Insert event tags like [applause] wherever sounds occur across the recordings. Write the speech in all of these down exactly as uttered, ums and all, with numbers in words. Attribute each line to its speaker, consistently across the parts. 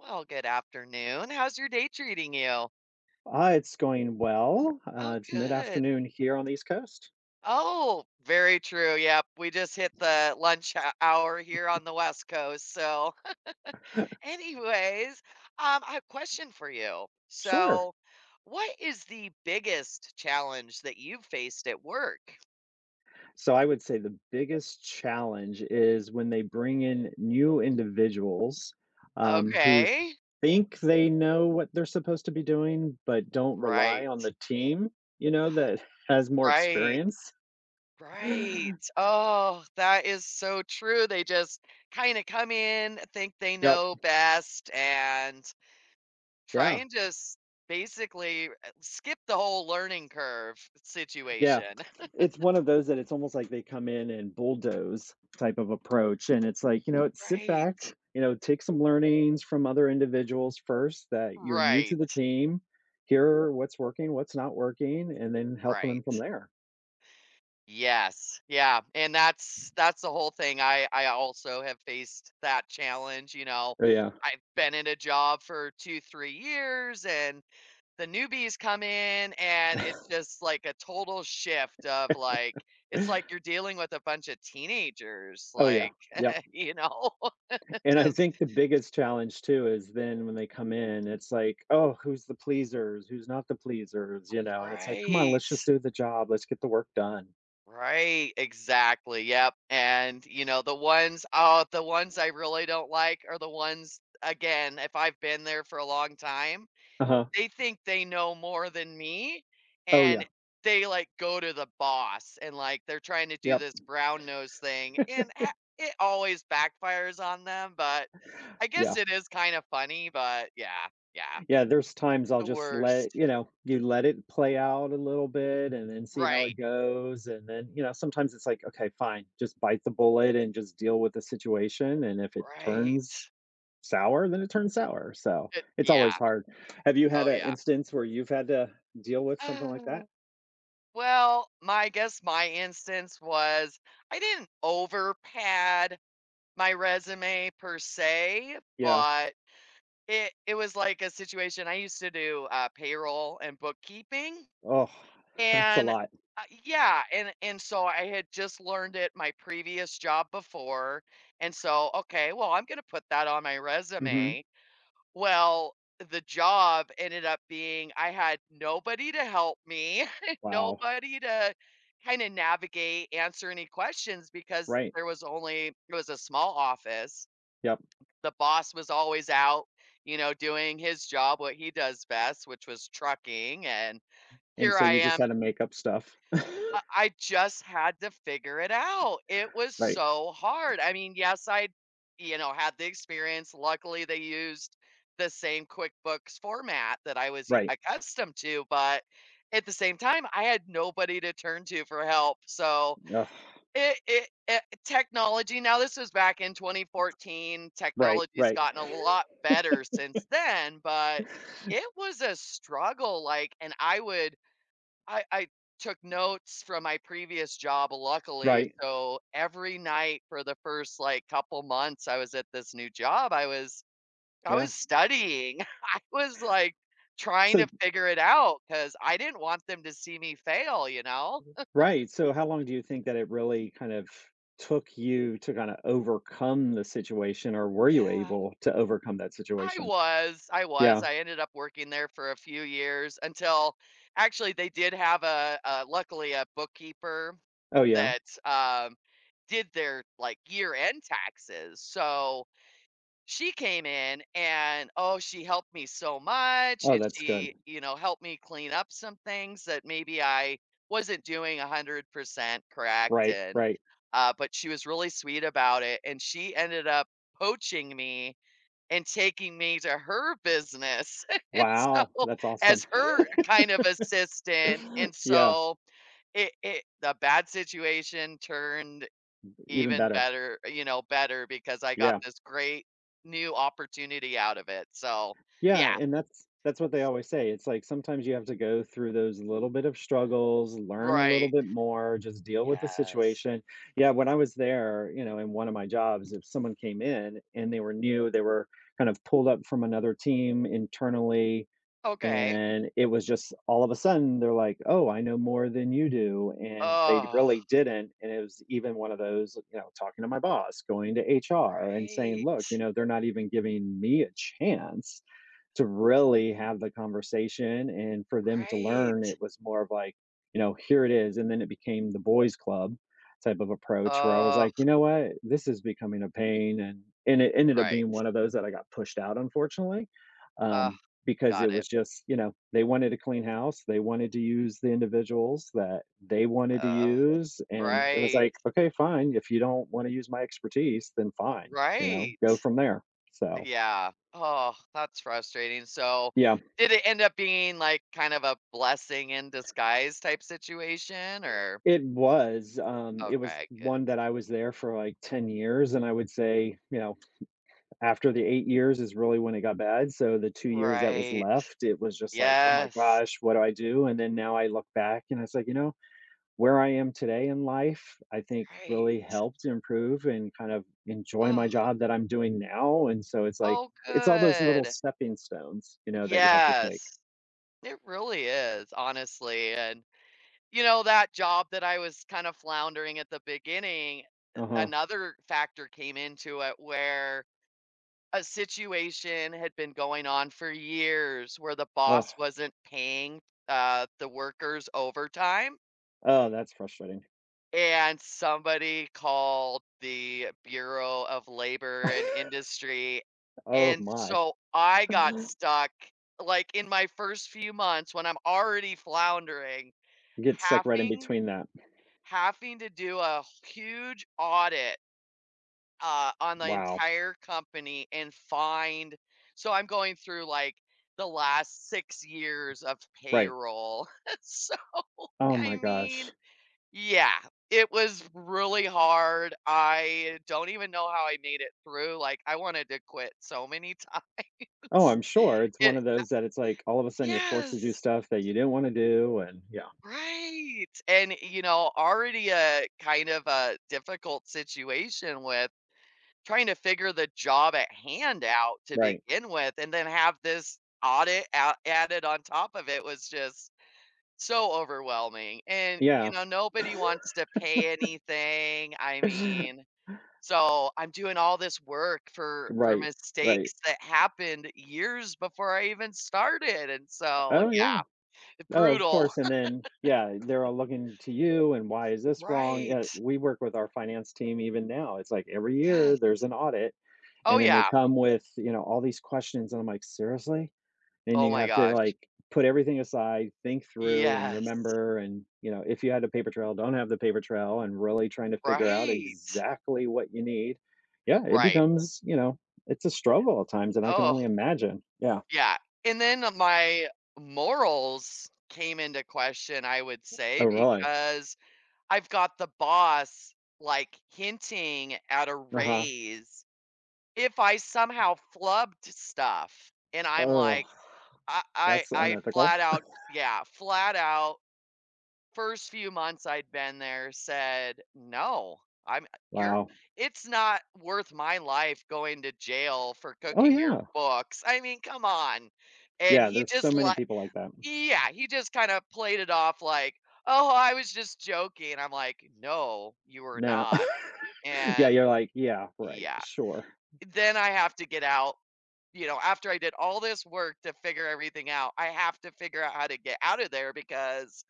Speaker 1: Well, good afternoon. How's your day treating you?
Speaker 2: Uh, it's going well. Uh,
Speaker 1: Oh,
Speaker 2: it's
Speaker 1: good.
Speaker 2: mid-afternoon here on the East Coast.
Speaker 1: Oh, very true. Yep. We just hit the lunch hou- hour here on the West Coast. So, [laughs] anyways, um, I have a question for you.
Speaker 2: Sure.
Speaker 1: So, what is the biggest challenge that you've faced at work?
Speaker 2: So I would say the biggest challenge is when they bring in new individuals um, who
Speaker 1: Okay.
Speaker 2: think they know what they're supposed to be doing, but don't
Speaker 1: Right.
Speaker 2: rely on the team, you know, that [laughs] has more
Speaker 1: Right.
Speaker 2: experience. [laughs]
Speaker 1: Right. Oh, that is so true. They just kind of come in, think they
Speaker 2: Yep.
Speaker 1: know best, and try
Speaker 2: Yeah.
Speaker 1: and just basically, uh, skip the whole learning curve
Speaker 2: Yeah.
Speaker 1: situation. [laughs]
Speaker 2: It's one of those that it's almost like they come in and bulldoze type of approach, and it's like, you know, sit
Speaker 1: Right.
Speaker 2: back, you know, take some learnings from other individuals first that you're new to the
Speaker 1: Right.
Speaker 2: team. Hear what's working, what's not working, and then help them from
Speaker 1: Right.
Speaker 2: there.
Speaker 1: Yes. Yeah, and that's that's the whole thing. I I also have faced that challenge, you know.
Speaker 2: Yeah.
Speaker 1: I've been in a job for two, three years, and the newbies come in, and it's just like a total shift of, like, it's like you're dealing with a bunch of teenagers,
Speaker 2: Oh yeah.
Speaker 1: like,
Speaker 2: Yeah,
Speaker 1: [laughs] you know, [laughs]
Speaker 2: and I
Speaker 1: just
Speaker 2: think the biggest challenge too is then when they come in, it's like, oh, who's the pleasers, who's not the pleasers, you know? And it's like, come on, let's just
Speaker 1: right.
Speaker 2: do the job, let's get the work done.
Speaker 1: Right, exactly, yep, and, you know, the ones oh, the ones I really don't like are the ones again, if I've been there for a long time,
Speaker 2: Uh-huh.
Speaker 1: they think they know more than me,
Speaker 2: Oh
Speaker 1: and
Speaker 2: yeah.
Speaker 1: they, like, go to the boss and, like, they're trying to do
Speaker 2: Yep.
Speaker 1: this brown nose thing, and a it always backfires on them, but I guess
Speaker 2: Yeah.
Speaker 1: it is kinda funny, but yeah, yeah,
Speaker 2: Yeah, there's times I'll
Speaker 1: the
Speaker 2: just let
Speaker 1: worst.
Speaker 2: you know, you let it play out a little bit and then see how
Speaker 1: Right,
Speaker 2: it goes, and then, you know, sometimes it's like, "Okay, fine, just bite the bullet and just deal with the situation," and if it
Speaker 1: right,
Speaker 2: turns sour, then it turns sour, so,
Speaker 1: it
Speaker 2: it's
Speaker 1: yeah,
Speaker 2: always hard. Have you had
Speaker 1: oh,
Speaker 2: an instance where you've had to deal with something like
Speaker 1: yeah.
Speaker 2: that?
Speaker 1: [sighs] Well, my I guess my instance was I didn't over pad my resume per se,
Speaker 2: Yeah.
Speaker 1: but it it was like a situation. I used to do uh, payroll and bookkeeping,
Speaker 2: Oh, [laughs] that's a
Speaker 1: and
Speaker 2: lot.
Speaker 1: uh, yeah, and and so I had just learned it my previous job before, and so okay, well I'm gonna put that on my
Speaker 2: Mhm.
Speaker 1: resume, well, the job ended up being I had nobody to help me, [laughs]
Speaker 2: Wow.
Speaker 1: nobody to kind of navigate, answer any questions because
Speaker 2: Right.
Speaker 1: there was only it was a small office.
Speaker 2: Yep,
Speaker 1: The boss was always out, you know, doing his job, what he does best, which was trucking. And
Speaker 2: and
Speaker 1: here
Speaker 2: so
Speaker 1: I
Speaker 2: you just had
Speaker 1: am
Speaker 2: to make up stuff. [laughs]
Speaker 1: I I just had to figure it out. It was
Speaker 2: Right,
Speaker 1: so hard. I mean, yes, I, you know, had the experience. Luckily, they used the same QuickBooks format that I was y-
Speaker 2: right.
Speaker 1: accustomed to, but at the same time, I had nobody to turn to for help. So
Speaker 2: Ugh.
Speaker 1: it, it, it technology. Now this was back in twenty fourteen.
Speaker 2: Right,
Speaker 1: Technology's
Speaker 2: right,
Speaker 1: gotten a lot better since then, but it was a struggle. Like, and I would I I took notes from my previous job, luckily,
Speaker 2: right.
Speaker 1: so every night for the first, like, couple months I was at this new job, I was I
Speaker 2: Yeah.
Speaker 1: was studying. [laughs] I was, like, trying
Speaker 2: So
Speaker 1: to figure it out because I didn't want them to see me fail, you know?
Speaker 2: right, so how long do you think that it really kind of took you to kinda overcome the situation, or were
Speaker 1: Yeah.
Speaker 2: you able to overcome that
Speaker 1: I
Speaker 2: situation?
Speaker 1: was, I was.
Speaker 2: Yeah.
Speaker 1: I ended up working there for a few years until actually, they did have a a luckily, a bookkeeper
Speaker 2: Oh, yeah?
Speaker 1: that, um, did their, like, year-end taxes, so she came in and, oh, she helped me so much,
Speaker 2: Oh,
Speaker 1: and
Speaker 2: that's good.
Speaker 1: she, you know, helped me clean up some things that maybe I wasn't doing one hundred percent correct
Speaker 2: Right,
Speaker 1: and
Speaker 2: right.
Speaker 1: uh, but she was really sweet about it, and she ended up poaching me and taking me to her business, [laughs] and so
Speaker 2: Wow, that's
Speaker 1: as
Speaker 2: awesome. [laughs]
Speaker 1: her kind of assistant, and
Speaker 2: Yeah,
Speaker 1: so it it the bad situation turned
Speaker 2: even
Speaker 1: even
Speaker 2: better.
Speaker 1: better, you know, better because I got
Speaker 2: Yeah.
Speaker 1: this great new opportunity out of it. So, yeah,
Speaker 2: Yeah, and that's that's what they always say. It's like sometimes you have to go through those little bit of struggles, learn a little
Speaker 1: right.
Speaker 2: bit more, just deal with the
Speaker 1: Yes.
Speaker 2: situation. Yeah, when I was there, you know, in one of my jobs, if someone came in and they were new, they were kind of pulled up from another team internally,
Speaker 1: Okay.
Speaker 2: and it was just all of a sudden they're like, "Oh, I know more than you do," and they
Speaker 1: Oh,
Speaker 2: really didn't. And it was even one of those, you know, talking to my boss, going to H R, and saying,
Speaker 1: right.
Speaker 2: "Look, you know, they're not even giving me a chance." To really have the conversation and for them to learn,
Speaker 1: Right.
Speaker 2: it was more of like, you know, here it is. And then it became the boys club type of approach where I was
Speaker 1: Oh,
Speaker 2: like, you know what, this is becoming a pain. And and it ended up
Speaker 1: right.
Speaker 2: being one of those that I got pushed out, unfortunately.
Speaker 1: Uh,
Speaker 2: um, because it
Speaker 1: got it.
Speaker 2: was just, you know, they wanted a clean house, they wanted to use the individuals that they wanted to
Speaker 1: Uh,
Speaker 2: use, and it was
Speaker 1: right.
Speaker 2: like, okay, fine, if you don't want to use my expertise, then fine, you know, go
Speaker 1: Right.
Speaker 2: from there. So
Speaker 1: Yeah. Oh, that's frustrating. So,
Speaker 2: yeah.
Speaker 1: did it end up being like kind of a blessing in disguise type situation or
Speaker 2: It was, um, it was
Speaker 1: okay, good.
Speaker 2: one that I was there for, like, ten years, and I would say, you know, after the eight years is really when it got bad, so the two years that was
Speaker 1: Right.
Speaker 2: left, it was just like, "Oh my
Speaker 1: Yes.
Speaker 2: gosh, what do I do?" And then now I look back and it's like, you know, where I am today in life, I think really
Speaker 1: Right.
Speaker 2: helped improve and kind of enjoy
Speaker 1: Oh,
Speaker 2: my job that I'm doing now, and so it's like,
Speaker 1: oh,
Speaker 2: it's all those little
Speaker 1: good.
Speaker 2: stepping stones, you know, that you have to take.
Speaker 1: Yes. It really is, honestly, and, you know, that job that I was kind of floundering at the beginning, uh,
Speaker 2: Uh-huh.
Speaker 1: another factor came into it where a situation had been going on for years where the
Speaker 2: Oh.
Speaker 1: boss wasn't paying, uh, the workers overtime.
Speaker 2: Oh, that's frustrating.
Speaker 1: And somebody called the Bureau of Labor and
Speaker 2: [laughs]
Speaker 1: Industry,
Speaker 2: Oh
Speaker 1: and
Speaker 2: my.
Speaker 1: so I got stuck, like, in my first few months when I'm already floundering,
Speaker 2: Get stuck right in
Speaker 1: having
Speaker 2: between that.
Speaker 1: having to do a huge audit, uh, on the
Speaker 2: Wow.
Speaker 1: entire company and find so I'm going through, like, the last six years of
Speaker 2: Right.
Speaker 1: payroll. [laughs] So,
Speaker 2: Oh
Speaker 1: I
Speaker 2: my
Speaker 1: mean
Speaker 2: gosh.
Speaker 1: yeah, it was really hard. I don't even know how I made it through. Like, I wanted to quit so many [laughs]
Speaker 2: Oh,
Speaker 1: times.
Speaker 2: I'm sure it's
Speaker 1: It,
Speaker 2: one of those that it's like all of a sudden you're forced to do
Speaker 1: yes,
Speaker 2: stuff that you didn't want to do and yeah.
Speaker 1: right. And, you know, already a kind of a difficult situation with trying to figure the job at hand out to
Speaker 2: Right.
Speaker 1: begin with, and then have this audit out, added on top of it was just so overwhelming. And, you
Speaker 2: Yeah.
Speaker 1: know, nobody wants to pay anything. I mean,
Speaker 2: [laughs]
Speaker 1: so, I'm doing all this work for for
Speaker 2: Right. Right.
Speaker 1: mistakes that happened years before I even started, and so
Speaker 2: Oh
Speaker 1: yeah,
Speaker 2: yeah. Oh, of
Speaker 1: brutal.
Speaker 2: course. And
Speaker 1: [laughs]
Speaker 2: then yeah, they're all looking to you and why is this wrong? Yeah,
Speaker 1: Right.
Speaker 2: we work with our finance team even now. It's like every
Speaker 1: Yes.
Speaker 2: year there's an audit
Speaker 1: Oh,
Speaker 2: and then they
Speaker 1: yeah.
Speaker 2: come with, you know, all these questions and I'm like, "Seriously? And
Speaker 1: Oh
Speaker 2: you
Speaker 1: my
Speaker 2: have to,
Speaker 1: gosh.
Speaker 2: like, put everything aside, think through, and
Speaker 1: Yes.
Speaker 2: remember, and, you know, if you had a paper trail, don't have the paper trail, and really trying to figure out
Speaker 1: Right.
Speaker 2: exactly what you need. Yeah, it
Speaker 1: Right.
Speaker 2: becomes, you know, it's a struggle at times, and I can
Speaker 1: Oh,
Speaker 2: only imagine. Yeah.
Speaker 1: yeah, and then my morals came into question, I would say,
Speaker 2: Oh, really?
Speaker 1: because I've got the boss, like, hinting at a
Speaker 2: Uh-huh.
Speaker 1: raise if I somehow flubbed stuff and I'm
Speaker 2: Oh,
Speaker 1: like, I I
Speaker 2: that's
Speaker 1: I
Speaker 2: unethical.
Speaker 1: flat out yeah, flat out, first few months I'd been there said, "No, I'm you're
Speaker 2: Wow.
Speaker 1: it's not worth my life going to jail for
Speaker 2: Oh,
Speaker 1: cooking your
Speaker 2: yeah.
Speaker 1: books." I mean, come on. And
Speaker 2: Yeah,
Speaker 1: he
Speaker 2: there's so
Speaker 1: just
Speaker 2: many
Speaker 1: like
Speaker 2: people like that.
Speaker 1: yeah, he just kind of played it off like, "Oh, I was just joking." I'm like, "No, you were
Speaker 2: No.
Speaker 1: not."
Speaker 2: [laughs] Yeah,
Speaker 1: And
Speaker 2: you're like, "Yeah, right,
Speaker 1: yeah,
Speaker 2: sure."
Speaker 1: then I have to get out you know, after I did all this work to figure everything out, I have to figure out how to get out of there because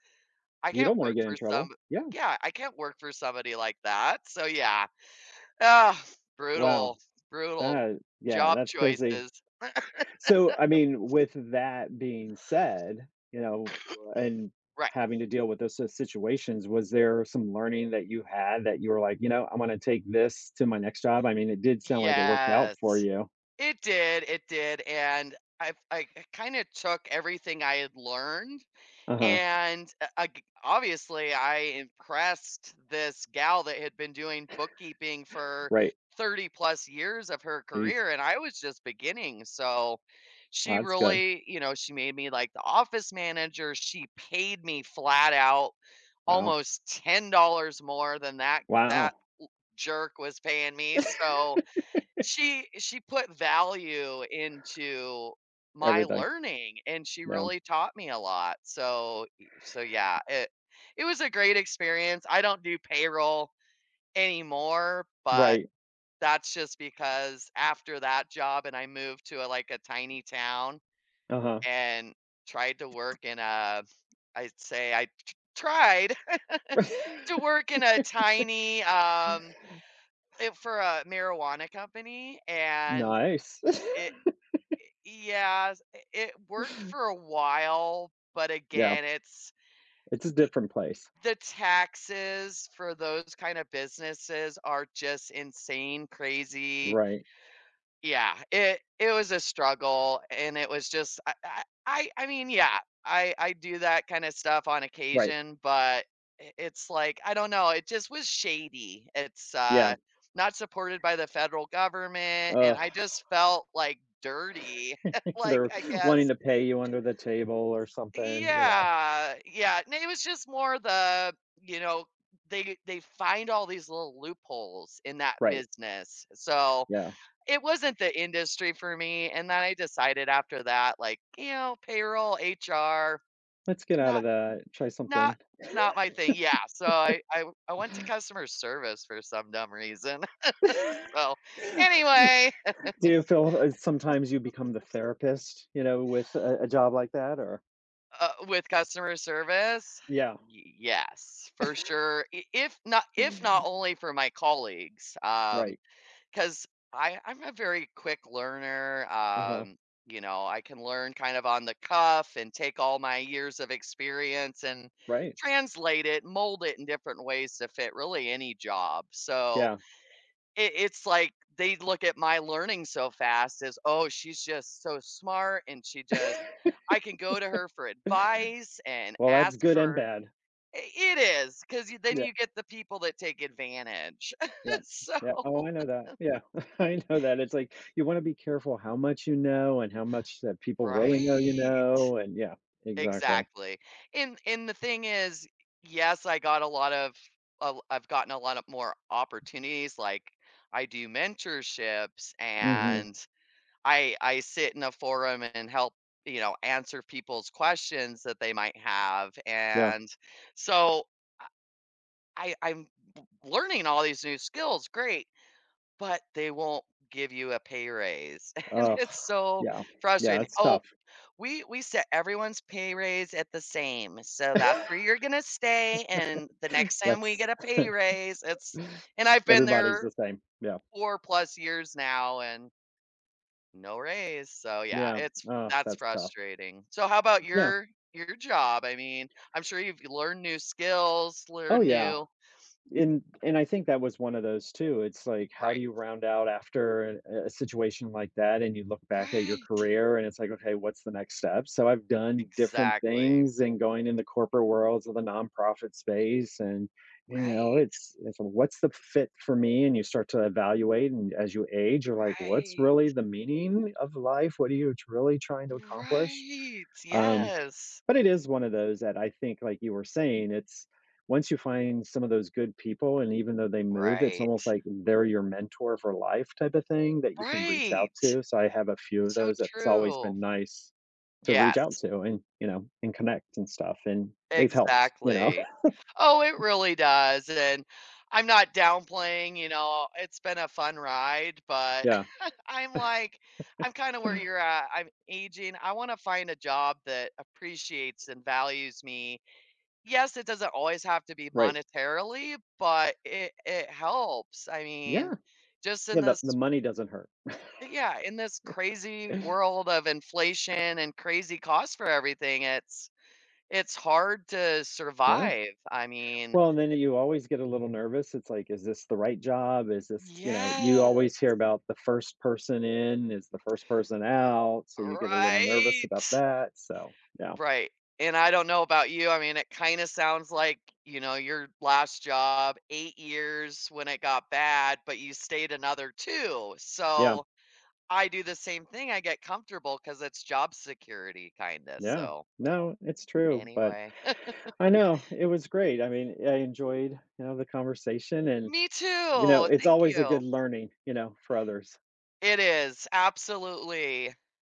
Speaker 1: I
Speaker 2: You
Speaker 1: can't
Speaker 2: don't wanna
Speaker 1: work
Speaker 2: get in
Speaker 1: for some
Speaker 2: trouble. Yeah.
Speaker 1: yeah, I can't work for somebody like that. So yeah. Ah,
Speaker 2: Wow.
Speaker 1: brutal, brutal
Speaker 2: That, yeah,
Speaker 1: job
Speaker 2: that's crazy.
Speaker 1: choices.
Speaker 2: So, I mean, with that being said, you know, and
Speaker 1: Right.
Speaker 2: having to deal with those sort of situations, was there some learning that you had that you were like, "You know, I'm gonna take this to my next job?" I mean, it did sound like it worked out for
Speaker 1: Yes.
Speaker 2: you.
Speaker 1: It did, it did. And I I kind of took everything I had learned
Speaker 2: Uh-huh.
Speaker 1: and uh, ag- obviously, I impressed this gal that had been doing bookkeeping for
Speaker 2: Right.
Speaker 1: thirty plus years of her
Speaker 2: Jeez.
Speaker 1: career, and I was just beginning. So
Speaker 2: Wow,
Speaker 1: she
Speaker 2: that's good.
Speaker 1: really, you know, she made me like the office manager. She paid me flat out
Speaker 2: Wow.
Speaker 1: almost ten dollars more than that that
Speaker 2: Wow.
Speaker 1: jerk was paying me. So she she put value into my
Speaker 2: Everything.
Speaker 1: learning, and she
Speaker 2: Yeah.
Speaker 1: really taught me a lot. So so yeah, it it was a great experience. I don't do payroll anymore, but
Speaker 2: Right.
Speaker 1: that's just because after that job and I moved to a like, a tiny town
Speaker 2: Uh-huh.
Speaker 1: and tried to work in a I'd say I t tried [laughs] to
Speaker 2: [laughs]
Speaker 1: work in a tiny, um, eh, for a marijuana company, and
Speaker 2: Nice.
Speaker 1: it
Speaker 2: [laughs]
Speaker 1: yeah, I it worked for a while, but
Speaker 2: Yeah.
Speaker 1: again, it's
Speaker 2: It's a
Speaker 1: I
Speaker 2: different place.
Speaker 1: the taxes for those kind of businesses are just insane crazy.
Speaker 2: Right.
Speaker 1: Yeah, it it was a struggle, and it was just I I I I mean, yeah, I I do that kinda stuff on
Speaker 2: Right.
Speaker 1: occasion, but I it's like, I don't know, it just was shady. It's, uh,
Speaker 2: Yeah.
Speaker 1: not supported by the federal government, and
Speaker 2: Ugh,
Speaker 1: I just felt, like, dirty, [laughs]
Speaker 2: [laughs]
Speaker 1: like,
Speaker 2: they're
Speaker 1: I
Speaker 2: wanting
Speaker 1: guess
Speaker 2: to pay you under the table or something, you know?
Speaker 1: yeah, yeah. And it was just more the, you know, they they find all these little loopholes in that
Speaker 2: Right,
Speaker 1: business. So
Speaker 2: yeah.
Speaker 1: it wasn't the industry for me. And then I decided after that, like, you know, payroll, H R,
Speaker 2: Let's get out of
Speaker 1: not
Speaker 2: that, try
Speaker 1: not
Speaker 2: something.
Speaker 1: not my thing. Yeah. So I I, I went to customer service for some dumb reason.
Speaker 2: [laughs]
Speaker 1: [laughs] So anyway,
Speaker 2: Do you feel, uh, sometimes you become the therapist, you know, with a a job like that, or
Speaker 1: uh, with customer service?
Speaker 2: Yeah.
Speaker 1: Y yes, for sure. I if not if not only for my colleagues, um,
Speaker 2: Right.
Speaker 1: because I I'm a very quick learner,
Speaker 2: Uh-huh.
Speaker 1: um, you know, I can learn kind of on the cuff and take all my years of experience and
Speaker 2: Right.
Speaker 1: translate it, mold it in different ways to fit really any job, so
Speaker 2: Yeah.
Speaker 1: it, it's like they look at my learning so fast as oh she's just so smart and she just
Speaker 2: [laughs]
Speaker 1: I can go to her for advice and
Speaker 2: Well, that's
Speaker 1: ask
Speaker 2: good and
Speaker 1: for
Speaker 2: bad.
Speaker 1: I- it is because then
Speaker 2: Yeah,
Speaker 1: you get the people that take advantage [laughs]
Speaker 2: yeah,
Speaker 1: so
Speaker 2: yeah. Oh, I know that. Yeah, [laughs] I know that. It's like, you wanna be careful how much you know and how much that people really know you
Speaker 1: right
Speaker 2: know, and yeah, exactly.
Speaker 1: exactly and and the thing is yes i got a lot of a- i've gotten a lot of more opportunities like I do mentorships
Speaker 2: Mhm,
Speaker 1: and I I sit in a forum and help, you know, answer people's questions that they might have,
Speaker 2: yeah.
Speaker 1: and so I I'm w- learning all these new skills, great, but they won't give you a pay raise. [laughs] And
Speaker 2: Oh.
Speaker 1: it's so
Speaker 2: Yeah, yeah,
Speaker 1: frustrating.
Speaker 2: it's
Speaker 1: Oh,
Speaker 2: tough.
Speaker 1: we we set everyone's pay raise at the same. So that's where you're
Speaker 2: [laughs]
Speaker 1: going to stay and the next time we
Speaker 2: That's
Speaker 1: get a pay raise, it's and I've been
Speaker 2: Everybody's
Speaker 1: there
Speaker 2: the same. Yeah.
Speaker 1: four plus years now and no raise, so yeah,
Speaker 2: Yeah.
Speaker 1: it's
Speaker 2: Uh,
Speaker 1: that's
Speaker 2: that's tough.
Speaker 1: frustrating. So how about
Speaker 2: Yeah.
Speaker 1: your your job? I mean, I'm sure you've learned new skills,
Speaker 2: Oh,
Speaker 1: learn
Speaker 2: yeah.
Speaker 1: new
Speaker 2: And and I think that was one of those too. It's like, how do
Speaker 1: right.
Speaker 2: you round out after a, a situation like that? And you look back at your
Speaker 1: Right.
Speaker 2: career and it's like, okay, what's the next step? So I've done different
Speaker 1: Exactly.
Speaker 2: things and going in the corporate worlds of the nonprofit space. And, you know,
Speaker 1: Right.
Speaker 2: it's, it's what's the fit for me? And you start to evaluate. And as you age, you're like, what's
Speaker 1: Right.
Speaker 2: really the meaning of life? What are you really trying to accomplish?
Speaker 1: Right.
Speaker 2: Um,
Speaker 1: Yes.
Speaker 2: But it is one of those that I think, like you were saying, it's once you find some of those good people, and even though they move, it's
Speaker 1: Right.
Speaker 2: almost like they're your mentor for life type of thing that you can reach out
Speaker 1: Right.
Speaker 2: to. So I have a few of
Speaker 1: So
Speaker 2: those that's always
Speaker 1: true.
Speaker 2: been nice to reach out
Speaker 1: Yes.
Speaker 2: to and, you know, and connect and stuff. And they've helped, you know?
Speaker 1: Exactly.
Speaker 2: [laughs]
Speaker 1: Oh, it really does, and I'm not downplaying, you know, it's been a fun ride, but
Speaker 2: Yeah.
Speaker 1: [laughs] I'm like I'm kinda where you're at, I'm aging, I wanna find a job that appreciates and values me. Yes, it doesn't always have to be
Speaker 2: Right.
Speaker 1: monetarily, but it it helps, I mean,
Speaker 2: Yeah.
Speaker 1: just in
Speaker 2: Yeah. The,
Speaker 1: this
Speaker 2: the money doesn't hurt.
Speaker 1: yeah, in this crazy world of inflation and crazy costs for everything, it's it's hard to
Speaker 2: Yeah.
Speaker 1: survive. I mean
Speaker 2: Well, and then you always get a little nervous. It's like, is this the right job? Is this, you know, you
Speaker 1: yes,
Speaker 2: always hear about the first person in is the first person out. So you get a little nervous about
Speaker 1: right,
Speaker 2: that. So, yeah,
Speaker 1: right, and I don't know about you, I mean, it kinda sounds like, you know, your last job, eight years when it got bad, but you stayed another two,
Speaker 2: yeah,
Speaker 1: so I do the same thing, I get comfortable because it's job security kinda,
Speaker 2: yeah.
Speaker 1: so
Speaker 2: No, it's true. But
Speaker 1: anyway. [laughs]
Speaker 2: I know it was great. I mean, I enjoyed, you know, the conversation and,
Speaker 1: Me
Speaker 2: you
Speaker 1: too,
Speaker 2: know, it's
Speaker 1: thank
Speaker 2: always a
Speaker 1: you.
Speaker 2: good learning, you know, for others.
Speaker 1: It is, absolutely.